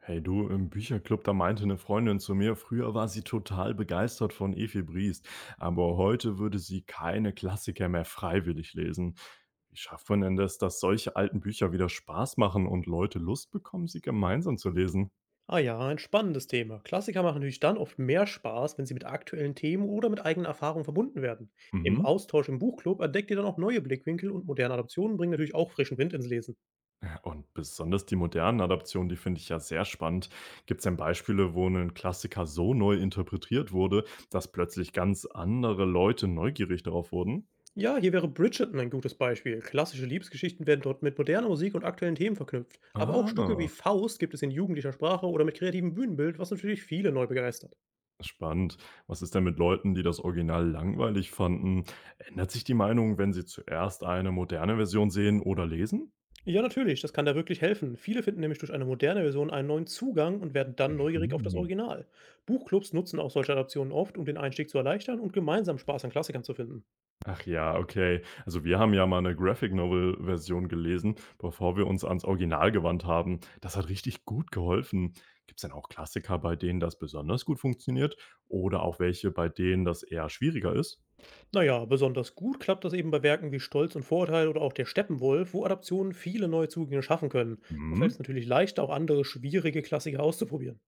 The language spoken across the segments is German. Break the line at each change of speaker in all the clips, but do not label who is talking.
Hey du, im Bücherclub, da meinte eine Freundin zu mir, früher war sie total begeistert von Evi Briest, aber heute würde sie keine Klassiker mehr freiwillig lesen. Wie schafft man denn das, dass solche alten Bücher wieder Spaß machen und Leute Lust bekommen, sie gemeinsam zu lesen?
Ah ja, ein spannendes Thema. Klassiker machen natürlich dann oft mehr Spaß, wenn sie mit aktuellen Themen oder mit eigenen Erfahrungen verbunden werden. Im
Mhm.
Austausch im Buchclub entdeckt ihr dann auch neue Blickwinkel, und moderne Adaptionen bringen natürlich auch frischen Wind ins Lesen.
Und besonders die modernen Adaptionen, die finde ich ja sehr spannend. Gibt es denn Beispiele, wo ein Klassiker so neu interpretiert wurde, dass plötzlich ganz andere Leute neugierig darauf wurden?
Ja, hier wäre Bridgerton ein gutes Beispiel. Klassische Liebesgeschichten werden dort mit moderner Musik und aktuellen Themen verknüpft. Aber auch Stücke wie
Ah.
Faust gibt es in jugendlicher Sprache oder mit kreativem Bühnenbild, was natürlich viele neu begeistert.
Spannend. Was ist denn mit Leuten, die das Original langweilig fanden? Ändert sich die Meinung, wenn sie zuerst eine moderne Version sehen oder lesen?
Ja, natürlich, das kann da wirklich helfen. Viele finden nämlich durch eine moderne Version einen neuen Zugang und werden dann neugierig auf das
Hm.
Original. Buchclubs nutzen auch solche Adaptionen oft, um den Einstieg zu erleichtern und gemeinsam Spaß an Klassikern zu finden.
Ach ja, okay. Also wir haben ja mal eine Graphic Novel Version gelesen, bevor wir uns ans Original gewandt haben. Das hat richtig gut geholfen. Gibt es denn auch Klassiker, bei denen das besonders gut funktioniert? Oder auch welche, bei denen das eher schwieriger ist?
Naja, besonders gut klappt das eben bei Werken wie Stolz und Vorurteil oder auch Der Steppenwolf, wo Adaptionen viele neue Zugänge schaffen können. So
Hm.
fällt es natürlich leichter, auch andere schwierige Klassiker auszuprobieren.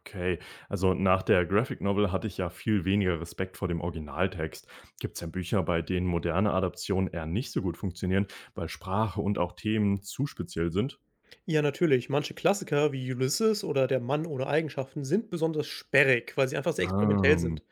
Okay, also nach der Graphic Novel hatte ich ja viel weniger Respekt vor dem Originaltext. Gibt es denn Bücher, bei denen moderne Adaptionen eher nicht so gut funktionieren, weil Sprache und auch Themen zu speziell sind?
Ja, natürlich. Manche Klassiker wie Ulysses oder Der Mann ohne Eigenschaften sind besonders sperrig, weil sie einfach sehr experimentell
Ähm,
sind.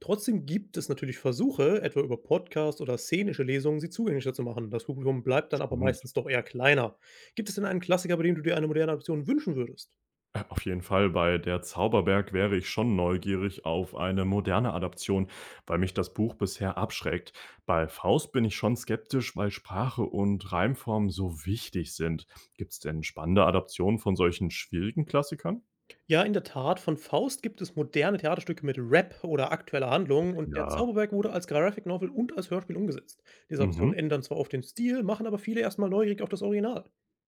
Trotzdem gibt es natürlich Versuche, etwa über Podcasts oder szenische Lesungen, sie zugänglicher zu machen. Das Publikum bleibt dann aber
stimmt.
meistens doch eher kleiner. Gibt es denn einen Klassiker, bei dem du dir eine moderne Adaption wünschen würdest?
Auf jeden Fall, bei Der Zauberberg wäre ich schon neugierig auf eine moderne Adaption, weil mich das Buch bisher abschreckt. Bei Faust bin ich schon skeptisch, weil Sprache und Reimform so wichtig sind. Gibt es denn spannende Adaptionen von solchen schwierigen Klassikern?
Ja, in der Tat. Von Faust gibt es moderne Theaterstücke mit Rap oder aktueller Handlung, und der
Ja.
Zauberberg wurde als Graphic Novel und als Hörspiel umgesetzt. Diese
Mhm.
Optionen ändern zwar oft den Stil, machen aber viele erstmal neugierig auf das Original.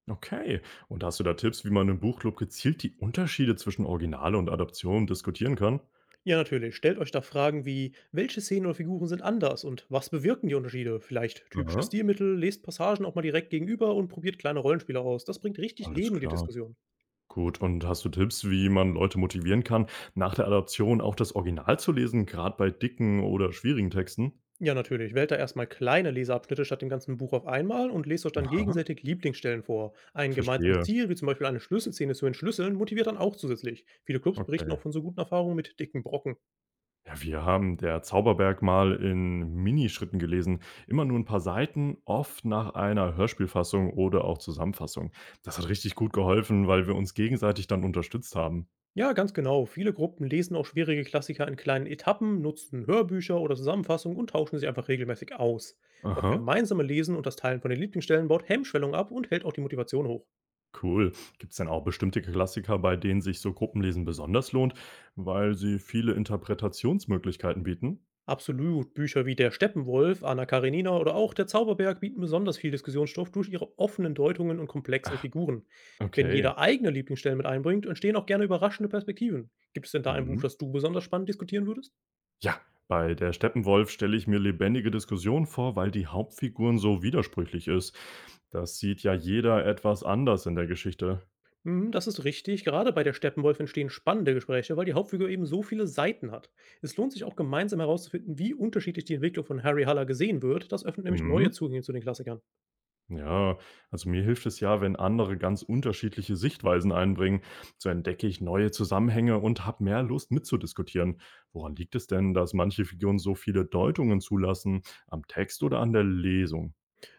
Okay. Und hast du da Tipps, wie man im Buchclub gezielt die Unterschiede zwischen Original und Adaption diskutieren kann?
Ja, natürlich. Stellt euch da Fragen wie: Welche Szenen oder Figuren sind anders und was bewirken die Unterschiede? Vielleicht typische
Aha,
Stilmittel, lest Passagen auch mal direkt gegenüber und probiert kleine Rollenspiele aus. Das bringt richtig
alles
Leben in die
klar.
Diskussion.
Gut, und hast du Tipps, wie man Leute motivieren kann, nach der Adaption auch das Original zu lesen, gerade bei dicken oder schwierigen Texten?
Ja, natürlich. Wählt da erstmal kleine Leseabschnitte statt dem ganzen Buch auf einmal und lest euch dann
Aha,
gegenseitig Lieblingsstellen vor. Ein gemeinsames
verstehe.
Ziel, wie zum Beispiel eine Schlüsselszene zu entschlüsseln, motiviert dann auch zusätzlich. Viele Clubs berichten auch
Okay.
von so guten Erfahrungen mit dicken Brocken.
Ja, wir haben der Zauberberg mal in Minischritten gelesen. Immer nur ein paar Seiten, oft nach einer Hörspielfassung oder auch Zusammenfassung. Das hat richtig gut geholfen, weil wir uns gegenseitig dann unterstützt haben.
Ja, ganz genau. Viele Gruppen lesen auch schwierige Klassiker in kleinen Etappen, nutzen Hörbücher oder Zusammenfassungen und tauschen sich einfach regelmäßig aus. Das
Aha.
gemeinsame Lesen und das Teilen von den Lieblingsstellen baut Hemmschwellung ab und hält auch die Motivation hoch.
Cool. Gibt's denn auch bestimmte Klassiker, bei denen sich so Gruppenlesen besonders lohnt, weil sie viele Interpretationsmöglichkeiten bieten?
Absolut. Bücher wie Der Steppenwolf, Anna Karenina oder auch Der Zauberberg bieten besonders viel Diskussionsstoff durch ihre offenen Deutungen und komplexen
Ach,
Figuren. Wenn
okay.
jeder eigene Lieblingsstellen mit einbringt, entstehen auch gerne überraschende Perspektiven. Gibt es denn da ein Buch,
Mhm.
das du besonders spannend diskutieren würdest?
Ja, bei der Steppenwolf stelle ich mir lebendige Diskussionen vor, weil die Hauptfiguren so widersprüchlich ist. Das sieht ja jeder etwas anders in der Geschichte.
Mhm, das ist richtig. Gerade bei der Steppenwolf entstehen spannende Gespräche, weil die Hauptfigur eben so viele Seiten hat. Es lohnt sich auch gemeinsam herauszufinden, wie unterschiedlich die Entwicklung von Harry Haller gesehen wird. Das öffnet nämlich neue
Mhm.
Zugänge zu den Klassikern.
Ja, also mir hilft es ja, wenn andere ganz unterschiedliche Sichtweisen einbringen. So entdecke ich neue Zusammenhänge und habe mehr Lust mitzudiskutieren. Woran liegt es denn, dass manche Figuren so viele Deutungen zulassen? Am Text oder an der Lesung?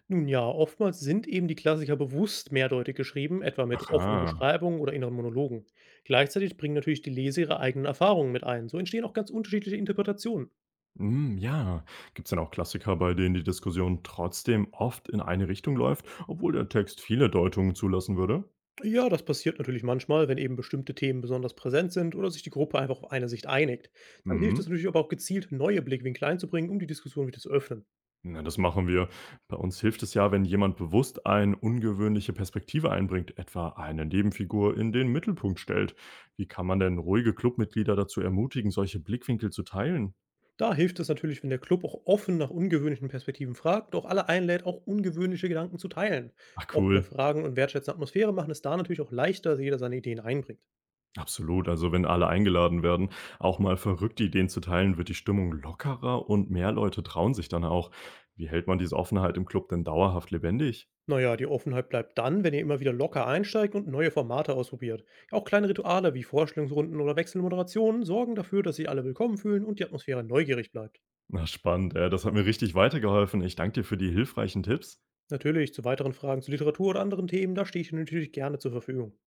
Nun ja, oftmals sind eben die Klassiker bewusst mehrdeutig geschrieben, etwa mit offenen
Aha,
Beschreibungen oder inneren Monologen. Gleichzeitig bringen natürlich die Leser ihre eigenen Erfahrungen mit ein. So entstehen auch ganz unterschiedliche Interpretationen.
hm, ja. Gibt es denn auch Klassiker, bei denen die Diskussion trotzdem oft in eine Richtung läuft, obwohl der Text viele Deutungen zulassen würde?
Ja, das passiert natürlich manchmal, wenn eben bestimmte Themen besonders präsent sind oder sich die Gruppe einfach auf eine Sicht einigt. Dann hilft es
Mhm.
natürlich aber auch gezielt, neue Blickwinkel einzubringen, um die Diskussion wieder zu öffnen.
Na, das machen wir. Bei uns hilft es ja, wenn jemand bewusst eine ungewöhnliche Perspektive einbringt, etwa eine Nebenfigur in den Mittelpunkt stellt. Wie kann man denn ruhige Clubmitglieder dazu ermutigen, solche Blickwinkel zu teilen?
Da hilft es natürlich, wenn der Club auch offen nach ungewöhnlichen Perspektiven fragt und auch alle einlädt, auch ungewöhnliche Gedanken zu teilen.
Ach
Offene
cool.
Fragen und wertschätzende Atmosphäre machen es da natürlich auch leichter, dass jeder seine Ideen einbringt.
Absolut, also wenn alle eingeladen werden, auch mal verrückte Ideen zu teilen, wird die Stimmung lockerer und mehr Leute trauen sich dann auch. Wie hält man diese Offenheit im Club denn dauerhaft lebendig?
Naja, die Offenheit bleibt dann, wenn ihr immer wieder locker einsteigt und neue Formate ausprobiert. Ja, auch kleine Rituale wie Vorstellungsrunden oder wechselnde Moderationen sorgen dafür, dass sich alle willkommen fühlen und die Atmosphäre neugierig bleibt.
Na spannend, das hat mir richtig weitergeholfen. Ich danke dir für die hilfreichen Tipps.
Natürlich, zu weiteren Fragen zu Literatur oder anderen Themen, da stehe ich Ihnen natürlich gerne zur Verfügung.